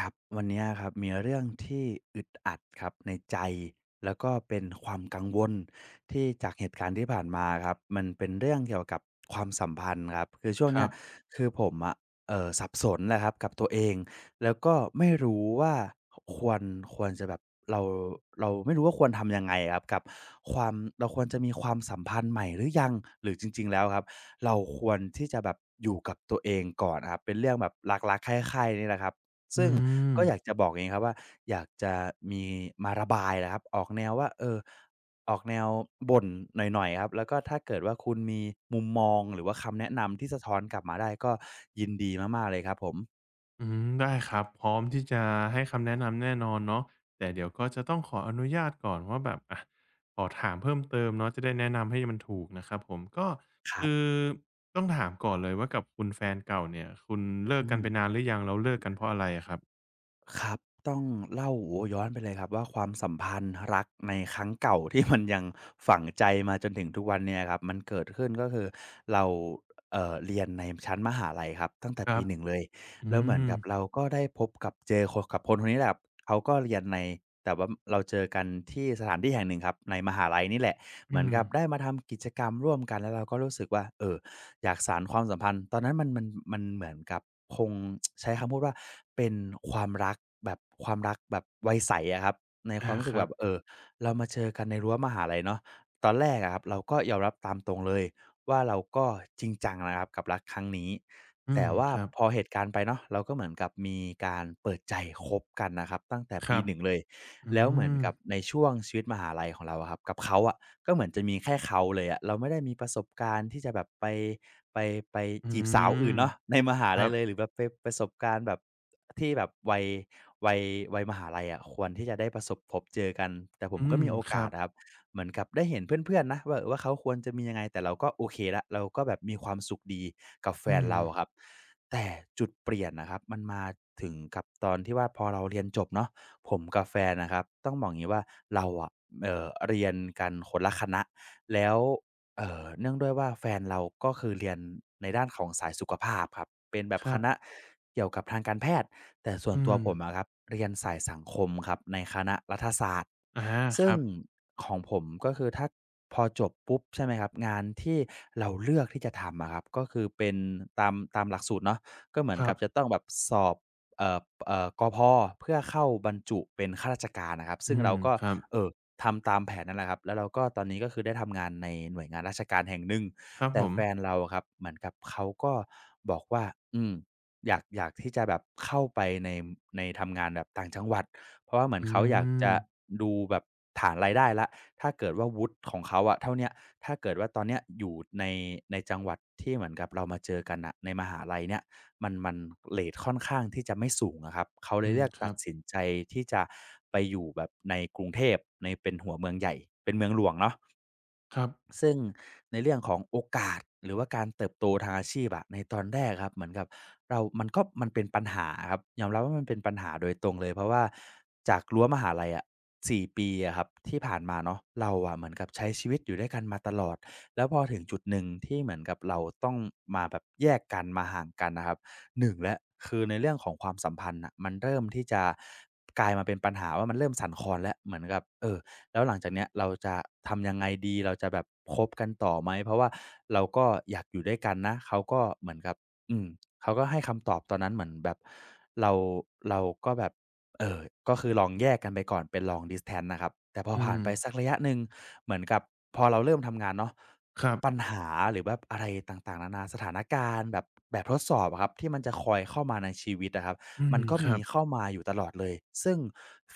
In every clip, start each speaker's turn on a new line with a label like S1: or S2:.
S1: ครับวันเนี้ยครับมีเรื่องที่อึดอัดครับในใจแล้วก็เป็นความกังวลที่จากเหตุการณ์ที่ผ่านมาครับมันเป็นเรื่องเกี่ยวกับความสัมพันธ์ครับคือช่วง
S2: ค
S1: เนี้
S2: รั
S1: ย
S2: บ
S1: คือผมอะสับสนแหละครับกับตัวเองแล้วก็ไม่รู้ว่าคควรควรจะแบบเราเราไม่รู้ว่าควรทำยังไงอะครับกับความเราควรจะมีความสัมพันธ์ใหม่หรือยังหรือจริงๆแล้วครับเราควรที่จะแบบอยู่กับตัวเองก่อนอะครับเป็นเรื่องแบบรักๆใคร่ๆนี่แหละครับ
S2: อื
S1: ซึ่ง
S2: ม
S1: ก็อยากจะบอกอย่างงี้ครับว่าอยากจะมีมาระบายแหละครับออกแนวว่าเออออกแนวบ่นหน่อยๆครับแล้วก็ถ้าเกิดว่าคุณมีมุมมองหรือว่าคำแนะนำที่สะท้อนกลับมาได้ก็ยินดีมากๆเลยครับผม
S2: อืมได้ครับ พร้อมที่จะให้คำแนะนำแน่นอนเนาะแต่เดี๋ยวก็จะต้องขออนุญาตก่อนว่าแบบอ่ะขอถามเพิ่มเติมเนาะจะได้แนะนำให้มันถูกนะครับผม ก็
S1: ครั
S2: คือ
S1: บ
S2: ต้องถามก่อนเลยว่ากับคุณแฟนเก่าเนี่ย คุณเลิก
S1: อื
S2: กัน
S1: ม
S2: ไปนานหรือยังแล้วเลิกกันเพราะอะไรอะครับ
S1: ครับต้องเล่าโอ้โฮย้อนไปเลยครับว่าความสัมพันธ์รักในครั้งเก่าที่ มันยังฝังใจมาจนถึงทุกวันเนี้ยครับมันเกิดขึ้นก็คือเราเรียนในชั้นมหาลัยครับตั้งแต่
S2: ครั
S1: ปี
S2: บ
S1: หนึ่งเลย
S2: อื
S1: แล้วเหมือน
S2: ม
S1: กับเราก็ได้พบกับเจอคนกับคนคนนี้แหละครับเขาก็เรียนในแต่ว่าเราเจอกันที่สถานที่แห่งหนึ่งครับในมหาลัยนี่แหละเหมื
S2: อื
S1: อน
S2: ม
S1: กับได้มาทำกิจกรรมร่วมกันแล้วเราก็รู้สึกว่าเออ อยากสานความสัมพันธ์ตอนนั้นมันเหมือนกับคงใช้คำพูดว่าเป็นความรักแบบความรักแบบวัยใสอะครับในควา
S2: อา
S1: มรู้
S2: ค
S1: สึก
S2: รั
S1: แบ
S2: บ
S1: บเรามาเจอกันในรั้วมหาลัยเนาะตอนแรกอะครับเราก็ยอมรับตามตรงเลยว่าเราก็จริงจังนะครับกับรักครั้งนี้
S2: อื
S1: แต่
S2: ม
S1: ว่า
S2: ครับ
S1: พอเหตุการณ์ไปเนาะเราก็เหมือนกับมีการเปิดใจคบกันนะครับตั้งแต่
S2: ค
S1: ปี
S2: รับ
S1: หนึ่งเลย
S2: อื
S1: แล้วเหมือน
S2: ม
S1: กับในช่วงชีวิตมหาลัยของเราอะครับกับเขาอะก็เหมือนจะมีแค่เขาเลยอะเราไม่ได้มีประสบการณ์ที่จะแบบไปไป
S2: อื
S1: จีบสาว
S2: ม
S1: อื่นเนาะ ในมหา
S2: ครั
S1: ลัย
S2: บ
S1: เลยหรือแบบไปประสบการณ์แบบที่แบบวัยวัยมหาลัยอะควรที่จะได้ประสบพบเจอกันแต่ผ
S2: อื
S1: มก็
S2: ม
S1: มีโอ
S2: ครั
S1: กาส
S2: บ
S1: อะครับเหมือนกับได้เห็นเพื่อนๆนะว่าเขาควรจะมียังไงแต่เราก็โอเคแล้วเราก็แบบมีความสุขดีกับแฟ
S2: อื
S1: น
S2: ม
S1: เราอะครับ แต่จุดเปลี่ยนนะครับมันมาถึงกับตอนที่ว่าพอเราเรียนจบเนาะผมกับแฟนนะครับต้องบอกอย่างงี้ว่าเราอะเรียนกันคนละคณะแล้ว เนื่องด้วยว่าแฟนเราก็คือเรียนในด้านของสายสุขภาพครับเป็นแบบ
S2: ค
S1: ค
S2: รั
S1: ณะ
S2: บ
S1: เกี่ยวกับทางการแพทย์แต่ส่วน
S2: อื
S1: ตัว
S2: ม
S1: ผมอะครับเรียนสายสังคมครับในคณะรัฐศาสตร์
S2: อาค
S1: ซึ่ง
S2: รับ
S1: ของผมก็คือถ้าพอจบปุ๊บใช่ไหมครับงานที่เราเลือกที่จะทำอะครับก็คือเป็นตามหลักสูตรเนาะก็เหมือน
S2: ครั
S1: กั
S2: บ
S1: บจะต้องแบบสอบเอ่อกพเพื่อเข้าบรรจุเป็นข้าราชการอะครับ
S2: อื
S1: ซึ่งเรา
S2: ม
S1: ก็
S2: ครับ
S1: เอ่อ ทำตามแผนนั่นแหละครับแล้วเราก็ตอนนี้ก็คือได้ทำงานในหน่วยงานราชการแห่งหนึ่ง
S2: ครับ
S1: แต่
S2: ผม
S1: แฟนเราอะครับเหมือนกับเขาก็บอกว่าอืมอยากที่จะแบบเข้าไปในในทำงานแบบต่างจังหวัดเพราะว่าเหมือน
S2: อื
S1: เขาอยาก
S2: ม
S1: จะดูแบบฐานรายได้แล้วถ้าเกิดว่าวุฒิของเขาอะเท่าเนี้ยถ้าเกิดว่าตอนเนี้ยอยู่ในในจังหวัดที่เหมือนกับเรามาเจอกันน่ะในมหาลัยเนี่ย มันเลทค่อนข้างที่จะไม่สูงอะครับ เขาเล
S2: อื
S1: ย
S2: ม
S1: เลือก
S2: ค
S1: ตั
S2: รั
S1: ด
S2: บ
S1: สินใจที่จะไปอยู่แบบในกรุงเทพในเป็นหัวเมืองใหญ่เป็นเมืองหลวงเนาะ
S2: ครับ
S1: ซึ่งในเรื่องของโอกาสหรือว่าการเติบโตทางอาชีพอะในตอนแรกครับเหมือนกับเรามันก็มันเป็นปัญหาครับยอมรับว่ามันเป็นปัญหาโดยตรงเลยเพราะว่าจากรั้วมหาลัยอะ4 ปีอะครับที่ผ่านมาเนาะเราอะเหมือนกับใช้ชีวิตอยู่ด้วยกันมาตลอดแล้วพอถึงจุดหนึ่งที่เหมือนกับเราต้องมาแบบแยกกันมาห่างกันนะครับหนึ่งแล้วคือในเรื่องของความสัมพันธ์น่ะมันเริ่มที่จะกลายมาเป็นปัญหาว่ามันเริ่มสั่นคลอนแล้วเหมือนกับแล้วหลังจากเนี้ยเราจะทำยังไงดีเราจะแบบคบกันต่อไหม เพราะว่าเราก็อยากอยู่ด้วยกันนะ เขาก็เหมือนกับอืม เขาก็ให้คำตอบตอนนั้นเหมือนแบบเราเราก็แบบเอ่อก็คือลองแยกกันไปก่อนเป็น long distance นะครับแต่พอ
S2: อื
S1: ผ่าน
S2: ม
S1: ไปสักระยะหนึ่งเหมือนกับพอเราเริ่มทำงานเนาะ
S2: ครั
S1: ปัญ
S2: บ
S1: หาหรือแบบอะไรต่างๆนานาสถานการณ์แบบแบบทดสอบอะครับที่มันจะคอยเข้ามาในชีวิตอะครับ
S2: อื
S1: มั
S2: ม
S1: นก็
S2: ครั
S1: มี
S2: บ
S1: เข้ามาอยู่ตลอดเลยซึ่ง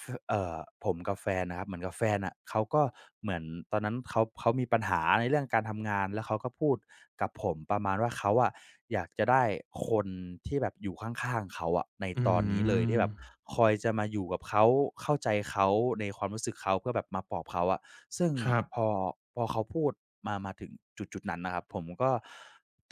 S1: ฟเอ่อผมกับแฟนนะครับเหมือนกับแฟนน่ะเขาก็เหมือนตอนนั้นเขามีปัญหาในเรื่องการทำงานแล้วเขาก็พูดกับผมประมาณว่าเขาอะอยากจะได้คนที่แบบอยู่ข้างๆเขาอะใน
S2: อื
S1: ตอนนี้เลย
S2: ม
S1: ที่แบบคอยจะมาอยู่กับเขาเข้าใจเขาในความรู้สึกเขาเพื่อแบบมาปลอบเขาอะซึ่ง
S2: ครับ
S1: พอพอเขาพูดมาถึงจุดๆนั้นนะครับผมก็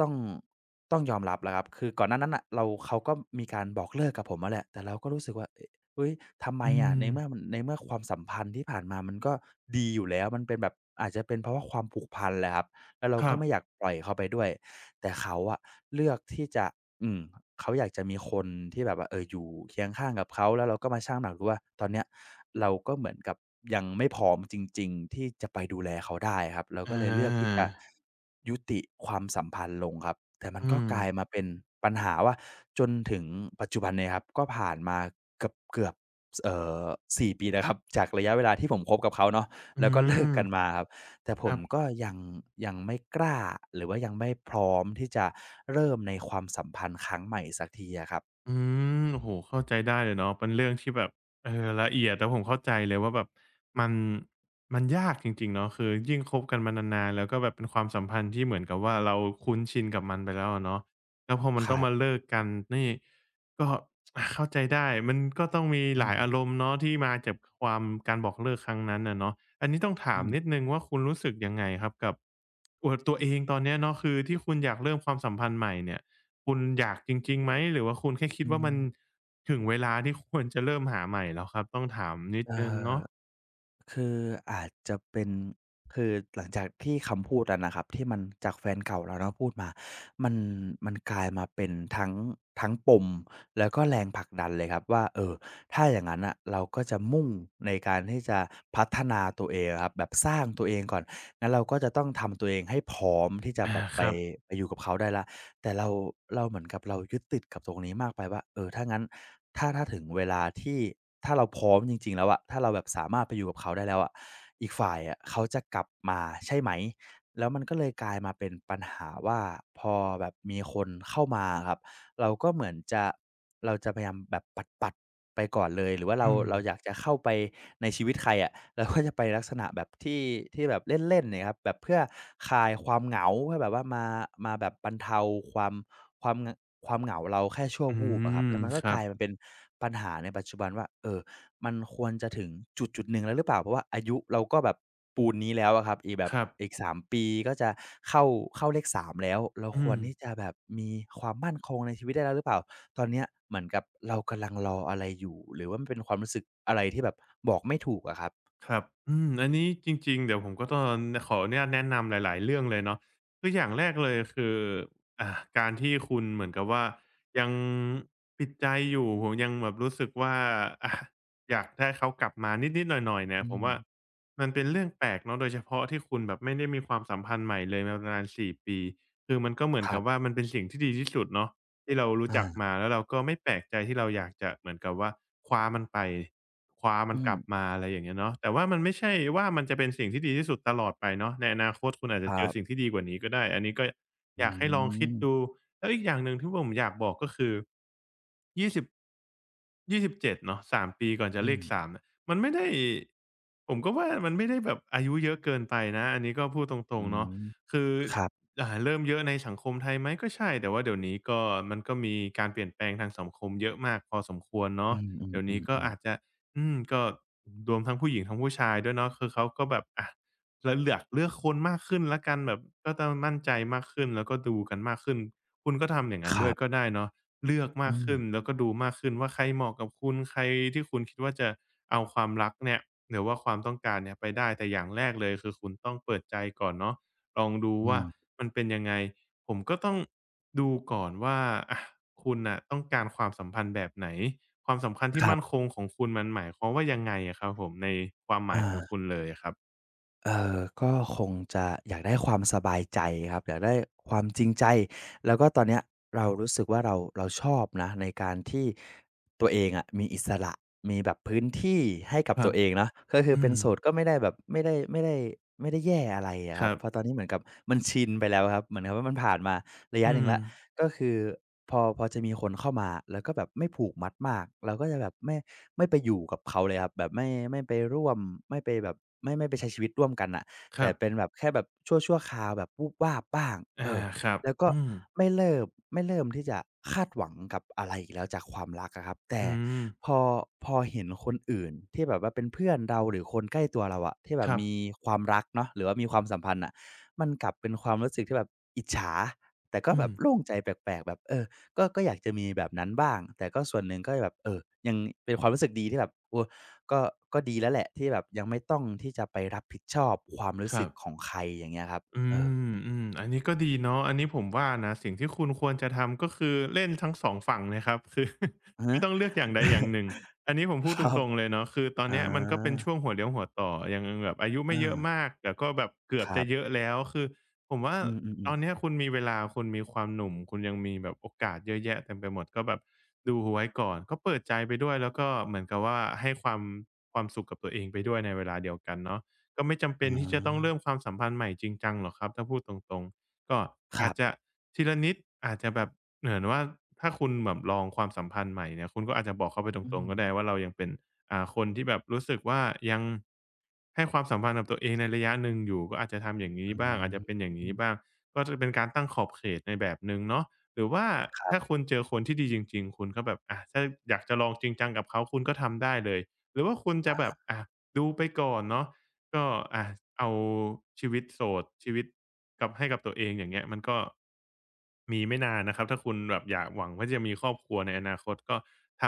S1: ต้องต้องยอมรับแล้วครับคือก่อนหน้านั้นน่ะเราเขาก็มีการบอกเลิกกับผมอะแหละแต่เราก็รู้สึกว่าเอ๊ะเฮ้ยทำไม
S2: อื
S1: อะ
S2: ม
S1: ในเมื่อความสัมพันธ์ที่ผ่านมามันก็ดีอยู่แล้วมันเป็นแบบอาจจะเป็นเพราะว่าความผูกพันแหละครับแล้วเรา
S2: ค
S1: ก็
S2: รับ
S1: ไม่อยากปล่อยเขาไปด้วยแต่เขาอะเลือกที่จะ อืมเขาอยากจะมีคนที่แบบว่าเอออยู่เคียงข้างกับเขาแล้วเราก็มาชั่งน้ำหนักดูว่าตอนเนี้ยเราก็เหมือนกับยังไม่พร้อมจริงๆที่จะไปดูแลเขาได้ครับเรา
S2: อ
S1: ก็เลยเลือกที่
S2: า
S1: จะยุติความสัมพันธ์ลงครับแต่มัน
S2: อื
S1: ก็
S2: ม
S1: กลายมาเป็นปัญหาว่าจนถึงปัจจุบันเนี่ยครับก็ผ่านมาเกือบๆสเอ่อ4ปีแล้วครับจากระยะเวลาที่ผมคบกับเขาเนาะ
S2: อื
S1: แล้วก็เลิ
S2: ม
S1: กกันมาครับ แต่ผ
S2: ครั
S1: ม
S2: บ
S1: ก็ยังไม่กล้าหรือว่ายังไม่พร้อมที่จะเริ่มในความสัมพันธ์ครั้งใหม่สักทีอะครับ
S2: อืมโอ้โฮเข้าใจได้เลยเนาะเป็นเรื่องที่แบบเออละเอียดแล้วผมเข้าใจเลยว่าแบบมันมันยากจริงๆเนาะคือยิ่งคบกันมานานๆแล้วก็แบบเป็นความสัมพันธ์ที่เหมือนกับว่าเราคุ้นชินกับมันไปแล้วอะเนาะแล้วพอมัน
S1: ค
S2: ต้อ
S1: รั
S2: งมา
S1: บ
S2: เลิกกันนี่ก็อาเข้าใจได้มันก็ต้องมี
S1: อื
S2: หลาย
S1: ม
S2: อารมณ์เนาะที่มาจากความการบอกเลิกครั้งนั้นอะเนาะอันนี้ต้องถา
S1: อื
S2: ม
S1: ม
S2: นิดหนึ่งว่าคุณรู้สึกยังไงครับกับตัวเองตอนเนี้ยเนาะคือที่คุณอยากเริ่มความสัมพันธ์ใหม่เนี่ย คุณอยากจริงๆไหมหรือว่าคุณแค่คิด
S1: อื
S2: ว่ามั
S1: ม
S2: นถึงเวลาที่ควรจะเริ่มหาใหม่แล้วครับต้องถามนิด
S1: เอ่
S2: หนึ่ง
S1: อ
S2: เนาะ
S1: คืออาจจะเป็นคือหลังจากที่คำพูดนั้นน่ะครับที่มันจากแฟนเก่าเราเนาะพูดมามันมันกลายมาเป็นทั้งปมแล้วก็แรงผลักดันเลยครับว่าเออถ้าอย่างงั้นน่ะเราก็จะมุ่งในการที่จะพัฒนาตัวเองอะครับแบบสร้างตัวเองก่อน งั้นเราก็จะต้องทำตัวเองให้พร้อมที่จะ
S2: อา
S1: แบบ
S2: ค
S1: ไป
S2: รับ
S1: ไปอยู่กับเขาได้แล้วแต่เราเหมือนกับเรายึดติดกับตรงนี้มากไปว่าเออถ้างั้นถ้าถึงเวลาที่ถ้าเราพร้อมจริงๆแล้วอะถ้าเราแบบสามารถไปอยู่กับเขาได้แล้วอะอีกฝ่ายอะเขาจะกลับมาใช่ไหม แล้วมันก็เลยกลายมาเป็นปัญหาว่าพอแบบมีคนเข้ามาอะครับ เราก็เหมือนจะเราจะพยายามแบบปัดๆไปก่อนเลยหรือว่าเรา
S2: อืม
S1: เราอยากจะเข้าไปในชีวิตใครอะเราก็จะไปลักษณะแบบที่แบบเล่นๆเนี่ยครับแบบเพื่อคลายความเหงาเพื่อแบบว่ามาแบบบรรเทาความความความเหงาเราแค่ชั่ว
S2: อื
S1: วูบอะครั
S2: ม
S1: บแล้วมัน
S2: ค
S1: ก็
S2: รั
S1: ก
S2: บ
S1: ลายมาเป็นปัญหาในปัจจุบันว่าเออ มันควรจะถึงจุดหนึ่งแล้วหรือเปล่าเพราะว่าอายุเราก็แบบปูนนี้แล้วอะครับอีกแบ
S2: ค
S1: บ
S2: รับ
S1: อีก3 ปีก็จะเข้าเข้าเลข3แล้วเราค
S2: อื
S1: ว
S2: ม
S1: รที่จะแบบมีความมั่นคงในชีวิตได้แล้วหรือเปล่าตอนเนี้ยเหมือนกับเรากำลังรออะไรอยู่หรือว่ามันเป็นความรู้สึกอะไรที่แบบบอกไม่ถูกอะครับ
S2: ครับอืมอันนี้จริงๆเดี๋ยวผมก็ต้องขออนุญาตแนะนำหลายๆเรื่องเลยเนาะคืออย่างแรกเลยคือ อ่าการที่คุณเหมือนกับว่ายังปิดใจอยู่ผมยังแบบรู้สึกว่าอะอยากได้เขากลับมานิดๆหน่อยๆเนี่ย
S1: อื
S2: ผม
S1: ม
S2: ว่ามันเป็นเรื่องแปลกเนาะโดยเฉพาะที่คุณแบบไม่ได้มีความสัมพันธ์ใหม่เลยมาประมาณ4ปี คือมันก็เหมือน
S1: ครั
S2: กับ
S1: บ
S2: ว่ามันเป็นสิ่งที่ดีที่สุดเนาะ ที่เรารู้
S1: อา
S2: จักมาแล้วเราก็ไม่แปลกใจที่เราอยากจะเหมือนกับว่าคว้ามันไปคว้ามั
S1: อื
S2: นก
S1: ม
S2: ลับมาอะไรอย่างเงี้ยเนาะแต่ว่ามันไม่ใช่ว่ามันจะเป็นสิ่งที่ดีที่สุดตลอดไปเนาะในอนาคตคุณอาจ
S1: ค
S2: จะ
S1: รั
S2: เจอสิ่ง
S1: บ
S2: ที่ดีกว่านี้ก็ได้อันนี้ก็อ
S1: อื
S2: ยากให้ลองคิด
S1: ม
S2: ดูแล้วอีกอย่างหนึ่งที่ผมอยากบอกก็คือ 2สิ7เจ็ดเนาะ3ปีก่อนจะ
S1: อื
S2: เลข
S1: ม
S2: สามเนี่ยมันไม่ได้ผมก็ว่ามันไม่ได้แบบอายุเยอะเกินไปนะอันนี้ก็พูดตร
S1: อื
S2: งๆเนาะ
S1: ม
S2: คือ
S1: ครับ
S2: เริ่มเยอะในสังคมไทยไหมก็ใช่แต่ว่าเดี๋ยวนี้ก็มันก็มีการเปลี่ยนแปลงทางสังคมเยอะมากพอสมควร
S1: อื
S2: เนาะเดี๋ยวนี้ก็
S1: มๆ
S2: อาจจะ
S1: ๆ
S2: อืมก็รวมทั้งผู้หญิงทั้งผู้ชายด้วยเนาะคือเขาก็แบบอะเราเลือกคนมากขึ้นแล้วกันแบบก็ต้องมั่นใจมากขึ้นแล้วก็ดูกันมากขึ้นคุณก็ทำอย่าง
S1: ๆ
S2: นั้
S1: ค
S2: นด้
S1: รั
S2: วย
S1: บ
S2: ก็ได้เนาะ เลือก
S1: อื
S2: มากขึ้น
S1: ม
S2: แล้วก็ดูมากขึ้นว่าใครเหมาะกับคุณใครที่คุณคิดว่าจะเอาความรักเนี่ยหรือว่าความต้องการเนี่ยไปได้แต่อย่างแรกเลยคือคุณต้องเปิดใจก่อนเนาะลองดู
S1: อื
S2: ว่า
S1: ม
S2: มันเป็นยังไงผมก็ต้องดูก่อนว่าอะคุณน่ะต้องการความสัมพันธ์แบบไหนความสัมพันธ์
S1: ค
S2: ที่
S1: รั
S2: มั่นค
S1: บ
S2: งของคุณมันหมายความว่ายังไงอะครับผมในความหมายของ
S1: อา
S2: คุณเลยอะครับ
S1: ก็คงจะอยากได้ความสบายใจครับอยากได้ความจริงใจแล้วก็ตอนเนี้ยเรารู้สึกว่าเราชอบนะในการที่ตัวเองอะมีอิสระมีแบบพื้นที่ให้กับ
S2: ครั
S1: ตัว
S2: บ
S1: เองเนาะก็คือ
S2: อื
S1: เป็น
S2: ม
S1: โสดก็ไม่ได้แบบไม่ได้ไม่ได้ไม่ได้แย่อะไรอะ
S2: ค
S1: ครับ
S2: รับ
S1: เพราะตอนนี้เหมือนกับมันชินไปแล้วครับเหมือนกับว่ามันผ่านมาระยะห
S2: อื
S1: นึ่ง
S2: ม
S1: แล้ว ก็คือพอจะมีคนเข้ามาแล้วก็แบบไม่ผูกมัดมากเราก็จะแบบไม่ไปอยู่กับเขาเลยครับแบบไม่ไปร่วมไม่ไปแบบไม่ไปใช้ชีวิตร่วมกันน่ะ
S2: ค
S1: แต่
S2: รับ
S1: เป็นแบบแค่แบบชั่วๆคราวแบบวูบวาบบ้าง
S2: อา
S1: เออ
S2: ครับ
S1: แล้วก็
S2: อืม
S1: ไม่เริ่มที่จะคาดหวังกับอะไรอีกแล้วจากความรักอะครับแต่
S2: อืม
S1: พอพอเห็นคนอื่นที่แบบว่าเป็นเพื่อนเราหรือคนใกล้ตัวเราอะที่แบ
S2: ค
S1: บ
S2: รั
S1: มี
S2: บ
S1: ความรักเนาะหรือว่ามีความสัมพันธ์น่ะมันกลับเป็นความรู้สึกที่แบบอิจฉา แต่ก็
S2: อื
S1: แบ
S2: ม
S1: บโล่งใจแปลกๆแบบเออก็อยากจะมีแบบนั้นบ้างแต่ก็ส่วนหนึ่งก็แบบเออยังเป็นความรู้สึกดีที่แบบโอ้ก็ก็ดีแล้วแหละที่แบบยังไม่ต้องที่จะไปรับผิดชอบความรู้
S2: ค
S1: สึ
S2: รั
S1: ก
S2: บ
S1: ของใครอย่างเงี้ยครับ
S2: อื
S1: เออ
S2: มอืมอันนี้ก็ดีเนาะอันนี้ผมว่านะสิ่งที่คุณควรจะทำก็คือเล่นทั้ง2ฝั่งนะครับ คือ
S1: อะ
S2: ไม่
S1: ฮะ
S2: ต้องเลือกอย่างใดอย่างหนึ่งอันนี้ผมพู
S1: ค
S2: ดต
S1: รับ
S2: รงๆเลยเนาะคือตอน
S1: อ
S2: เนี้ยมันก็เป็นช่วง
S1: า
S2: หัวเลี้ยวหัวต่อยังแบบอายุไม่
S1: อา
S2: เยอะมากแต่ก็แบบเกือ
S1: ค
S2: บ
S1: รั
S2: จะเยอะ
S1: บ
S2: แล้วคือผมว่า
S1: อื
S2: ต
S1: ม
S2: อ
S1: ๆ
S2: นเนี้ย
S1: ๆ
S2: คุณมีเวลาคุณมีความหนุ่มคุณยังมีแบบโอกาสเยอะแยะเต็มไปหมดก็แบบดูไว้ก่อนก็เปิดใจไปด้วยแล้วก็เหมือนกับว่าให้ความสุขกับตัวเองไปด้วยในเวลาเดียวกันเนาะ ก็ไม่จำเป็
S1: อ๋
S2: นที่จะต้
S1: อ
S2: องเริ่มความสัมพันธ์ใหม่จริงจังหรอกครับถ้าพูดตรงๆก็
S1: ค
S2: อา
S1: รั
S2: จจะ
S1: บ
S2: ทีละนิดอาจจะแบบเหมือนว่าถ้าคุณแบบลองความสัมพันธ์ใหม่เนี่ยคุณก็อาจจะบอกเขาไปตร
S1: อื
S2: ง
S1: ม
S2: ๆก็ได้ว่าเรายังเป็นคนที่แบบรู้สึกว่ายังให้ความสัมพันธ์กับตัวเองในระยะหนึ่งอยู่ก็อาจจะทำอย่างนี้
S1: อื
S2: บ้างอาจจะเป็นอย่างนี้บ้า
S1: ม
S2: งก็จะเป็นการตั้งขอบเขตในแบบหนึ่งเนาะหรือว่า
S1: ครั
S2: ถ้า
S1: บ
S2: คุณเจอคนที่ดีจริงๆคุณก็แบบอะถ้าอยากจะลองจริงจังกับเขาคุณก็ทำได้เลยหรือว่าคุณจะแบบอะดูไปก่อนเนาะ ก็อ่ะเอาชีวิตโสดชีวิตกับให้กับตัวเองอย่างเงี้ยมันก็มีไม่นานนะครับถ้าคุณแบบอยากหวังว่าจะมีครอบครัวในอนาคตก็ท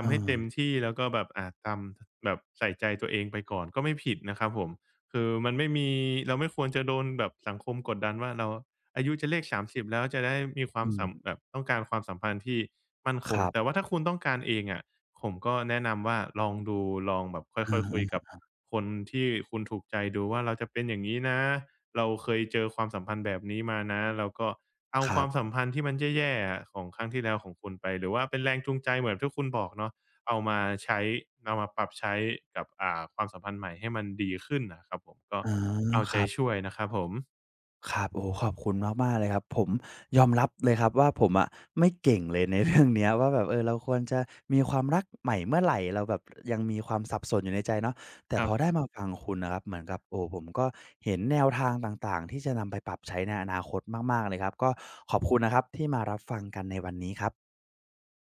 S1: เอ
S2: ำให้เต็ม
S1: อ
S2: ที่แล้วก็แบบอ่าทำแบบใส่ใจตัวเองไปก่อนก็ไม่ผิดนะครับผมคือมันไม่มีเราไม่ควรจะโดนแบบสังคมกดดันว่าเราอายุจะเลข30แล้วจะได้มีควา
S1: อื
S2: ม
S1: ม
S2: สัมแบบต้องการความสัมพันธ์ที่มั่นค
S1: ค
S2: ง
S1: รั
S2: แต่ว่า
S1: บ
S2: ถ้าคุณต้องการเองอะ ผมก็แนะนำว่าลองดูลองแบบค่
S1: เอ
S2: อยๆคุยกับ
S1: อ
S2: คนที่คุณถูกใจดูว่าเราจะเป็นอย่างงี้นะเราเคยเจอความสัมพันธ์แบบนี้มานะแล้วก็เอา
S1: ๆค
S2: ค
S1: รั
S2: วา
S1: บ
S2: มสัมพันธ์ที่มันแย่ๆอะของครั้งที่แล้วของคุณไปหรือว่าเป็นแรงจูงใจเหมือนที่คุณบอกเนาะเอามาใช้เอามาปรับใช้กับอ่าความสัมพันธ์ใหม่ให้มันดีขึ้นน่ะครับผมก็
S1: อ๋อ
S2: เอา
S1: ค
S2: ใจ
S1: รั
S2: ช่ว
S1: บ
S2: ยนะครับผม
S1: ครับโอ้โฮขอบคุณมากๆเลยครับผมยอมรับเลยครับว่าผมอะไม่เก่งเลยใน เรื่องเนี้ยว่าแบบเออเราควรจะมีความรักใหม่เมื่อไหร่เราแบบยังมีความสับสนอยู่ในใจเนาะแต่
S2: ค
S1: พ
S2: รับ
S1: อได้มาฟังคุณนะครับเหมือนกับโอ้ผมก็เห็นแนวทางต่างๆที่จะนำไปปรับใช้ในอนาคตมากๆเลยครับก็ขอบคุณนะครับที่มารับฟังกันในวันนี้ครับ